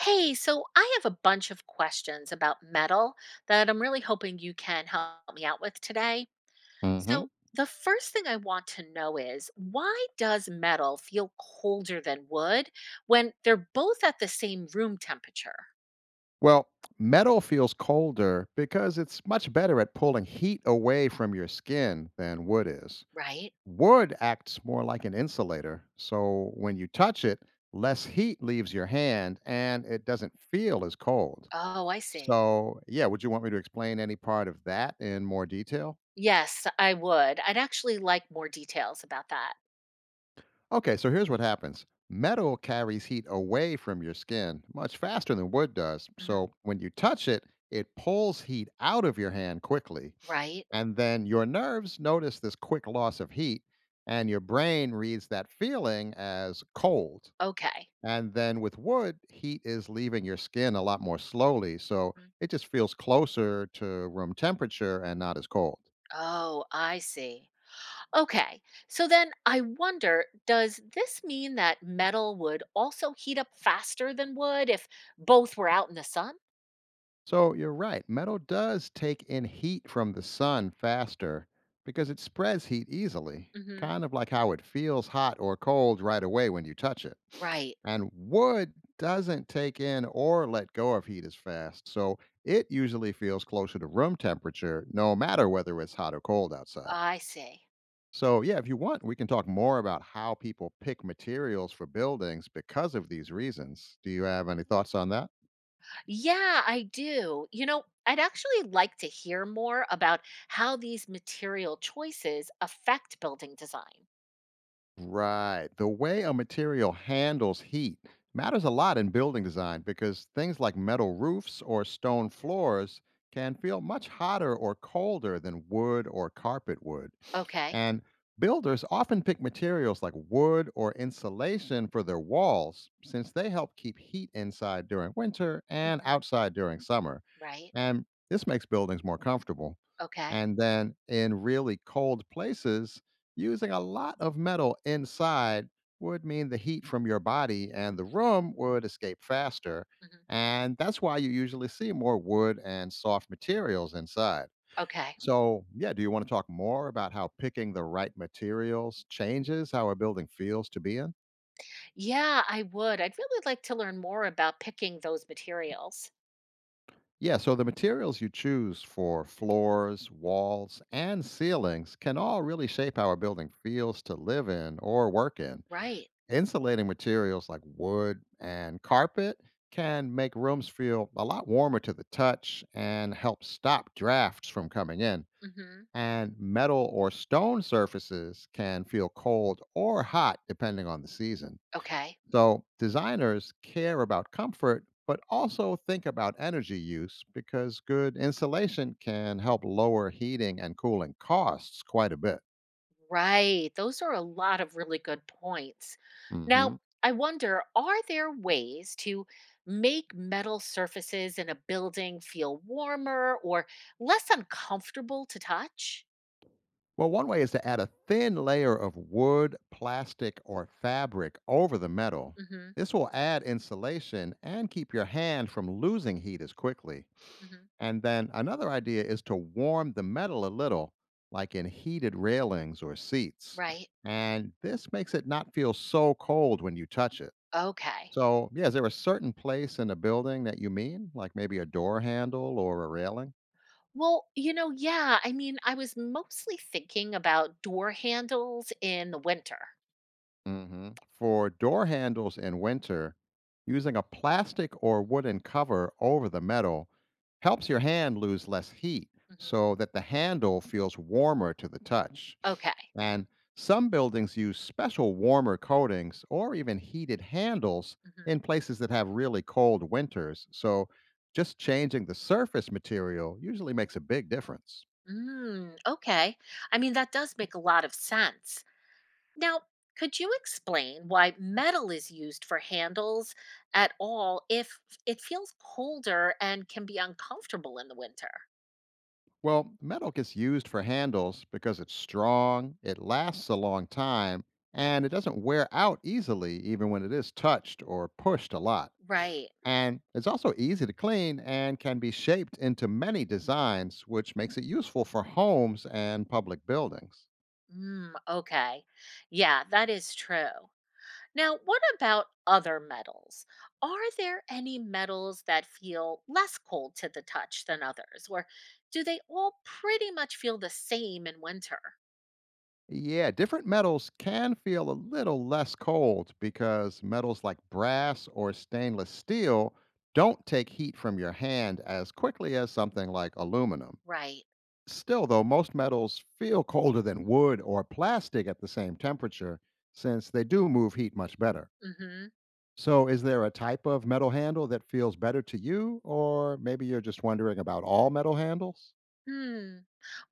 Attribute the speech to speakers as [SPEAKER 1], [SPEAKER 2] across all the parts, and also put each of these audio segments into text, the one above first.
[SPEAKER 1] Hey, so I have a bunch of questions about metal that I'm really hoping you can help me out with today.
[SPEAKER 2] hmm
[SPEAKER 1] So, the first thing I want to know is why does metal feel colder than wood when they're both at the same room temperature,
[SPEAKER 2] Well, metal feels colder because it's much better at pulling heat away from your skin than wood is.
[SPEAKER 1] right?
[SPEAKER 2] Wood acts more like an insulator, so when you touch it, less heat leaves your hand and it doesn't feel as cold.
[SPEAKER 1] Oh, I see.
[SPEAKER 2] So, yeah, would you want me to explain any part of that in more detail?
[SPEAKER 1] Yes, I would. I'd actually like more details about that.
[SPEAKER 2] Okay, so here's what happens. Metal carries heat away from your skin much faster than wood does.
[SPEAKER 1] Mhm.
[SPEAKER 2] So, when you touch it, it pulls heat out of your hand quickly.
[SPEAKER 1] Right?
[SPEAKER 2] And then your nerves notice this quick loss of heat, and your brain reads that feeling as cold.
[SPEAKER 1] Okay.
[SPEAKER 2] And then with wood, heat is leaving your skin a lot more slowly. So
[SPEAKER 1] Mhm.
[SPEAKER 2] it just feels closer to room temperature and not as cold.
[SPEAKER 1] Oh, I see. Okay, so then I wonder, does this mean that metal would also heat up faster than wood if both were out in the sun?
[SPEAKER 2] So you're right. Metal does take in heat from the sun faster because it spreads heat easily,
[SPEAKER 1] Hmm.
[SPEAKER 2] kind of like how it feels hot or cold right away when you touch it.
[SPEAKER 1] Right,
[SPEAKER 2] And wood doesn't take in or let go of heat as fast, so it usually feels closer to room temperature no matter whether it's hot or cold outside.
[SPEAKER 1] I see.
[SPEAKER 2] So, yeah, if you want, we can talk more about how people pick materials for buildings because of these reasons. Do you have any thoughts on that?
[SPEAKER 1] Yeah, I do. You know, I'd actually like to hear more about how these material choices affect building design.
[SPEAKER 2] Right. The way a material handles heat matters a lot in building design because things like metal roofs or stone floors can feel much hotter or colder than wood or carpet would.
[SPEAKER 1] Okay.
[SPEAKER 2] And builders often pick materials like wood or insulation for their walls since they help keep heat inside during winter and
[SPEAKER 1] Hmm.
[SPEAKER 2] outside during summer.
[SPEAKER 1] Right,
[SPEAKER 2] And this makes buildings more comfortable.
[SPEAKER 1] okay.
[SPEAKER 2] And then in really cold places, using a lot of metal inside would mean the heat from your body and the room would escape faster.
[SPEAKER 1] Mhm.
[SPEAKER 2] And that's why you usually see more wood and soft materials inside.
[SPEAKER 1] Okay.
[SPEAKER 2] So, yeah, do you want to talk more about how picking the right materials changes how a building feels to be in?
[SPEAKER 1] Yeah, I would. I'd really like to learn more about picking those materials.
[SPEAKER 2] Yeah, so the materials you choose for floors, walls, and ceilings can all really shape how a building feels to live in or work in.
[SPEAKER 1] Right.
[SPEAKER 2] Insulating materials like wood and carpet can make rooms feel a lot warmer to the touch and help stop drafts from coming in.
[SPEAKER 1] Mhm.
[SPEAKER 2] And metal or stone surfaces can feel cold or hot depending on the season.
[SPEAKER 1] Okay.
[SPEAKER 2] So designers care about comfort, but also think about energy use because good insulation can help lower heating and cooling costs quite a bit.
[SPEAKER 1] Right. Those are a lot of really good points. Now,
[SPEAKER 2] hmm
[SPEAKER 1] I wonder, are there ways to make metal surfaces in a building feel warmer or less uncomfortable to touch?
[SPEAKER 2] Well, one way is to add a thin layer of wood, plastic, or fabric over the metal.
[SPEAKER 1] Hmm.
[SPEAKER 2] This will add insulation and keep your hand from losing heat as quickly.
[SPEAKER 1] Hmm.
[SPEAKER 2] And then another idea is to warm the metal a little, like in heated railings or seats.
[SPEAKER 1] Right.
[SPEAKER 2] And this makes it not feel so cold when you touch it.
[SPEAKER 1] Okay.
[SPEAKER 2] So, yeah, is there a certain place in a building that you mean, like maybe a door handle or a railing?
[SPEAKER 1] Well, yeah. I mean, I was mostly thinking about door handles in the winter.
[SPEAKER 2] For door handles in winter, using a plastic or wooden cover over the metal helps your hand lose less heat
[SPEAKER 1] Hmm.
[SPEAKER 2] so that the handle feels warmer to the touch.
[SPEAKER 1] Okay.
[SPEAKER 2] And some buildings use special warmer coatings or even heated handles
[SPEAKER 1] Hmm.
[SPEAKER 2] in places that have really cold winters. So just changing the surface material usually makes a big difference.
[SPEAKER 1] Mm, okay. I mean, that does make a lot of sense. Now, could you explain why metal is used for handles at all if it feels colder and can be uncomfortable in the winter?
[SPEAKER 2] Well, metal gets used for handles because it's strong, it lasts a long time, and it doesn't wear out easily even when it is touched or pushed a lot.
[SPEAKER 1] Right.
[SPEAKER 2] And it's also easy to clean and can be shaped into many designs, which makes it useful for homes and public buildings.
[SPEAKER 1] Mm, okay. Yeah, that is true. Now, what about other metals? Are there any metals that feel less cold to the touch than others, or do they all pretty much feel the same in winter?
[SPEAKER 2] Yeah, different metals can feel a little less cold because metals like brass or stainless steel don't take heat from your hand as quickly as something like aluminum.
[SPEAKER 1] Right.
[SPEAKER 2] Still, though, most metals feel colder than wood or plastic at the same temperature since they do move heat much better.
[SPEAKER 1] Mm hmm.
[SPEAKER 2] So, is there a type of metal handle that feels better to you, or maybe you're just wondering about all metal handles?
[SPEAKER 1] Hmm.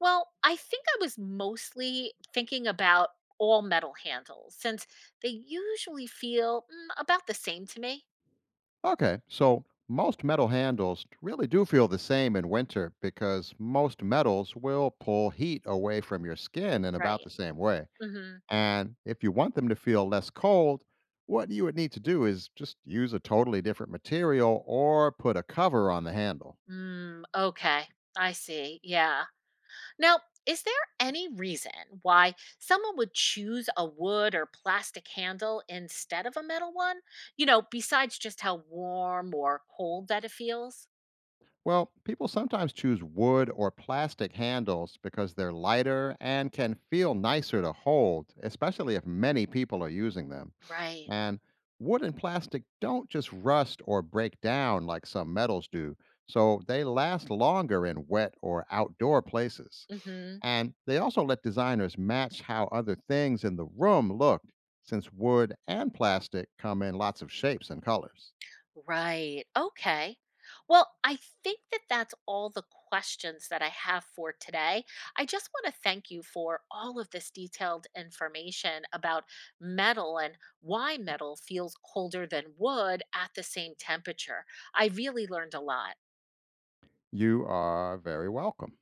[SPEAKER 1] Well, I think I was mostly thinking about all metal handles since they usually feel about the same to me.
[SPEAKER 2] Okay, so most metal handles really do feel the same in winter because most metals will pull heat away from your skin in about
[SPEAKER 1] Right.
[SPEAKER 2] the same way.
[SPEAKER 1] Mm-hmm.
[SPEAKER 2] And if you want them to feel less cold, what you would need to do is just use a totally different material or put a cover on the handle.
[SPEAKER 1] Mm, okay. I see. Yeah. Now, is there any reason why someone would choose a wood or plastic handle instead of a metal one? Besides just how warm or cold that it feels?
[SPEAKER 2] Well, people sometimes choose wood or plastic handles because they're lighter and can feel nicer to hold, especially if many people are using them.
[SPEAKER 1] Right.
[SPEAKER 2] And wood and plastic don't just rust or break down like some metals do, so they last longer in wet or outdoor places.
[SPEAKER 1] Mm-hmm.
[SPEAKER 2] And they also let designers match how other things in the room look, since wood and plastic come in lots of shapes and colors.
[SPEAKER 1] Right. Okay. Well, I think that that's all the questions that I have for today. I just want to thank you for all of this detailed information about metal and why metal feels colder than wood at the same temperature. I really learned a lot.
[SPEAKER 2] You are very welcome.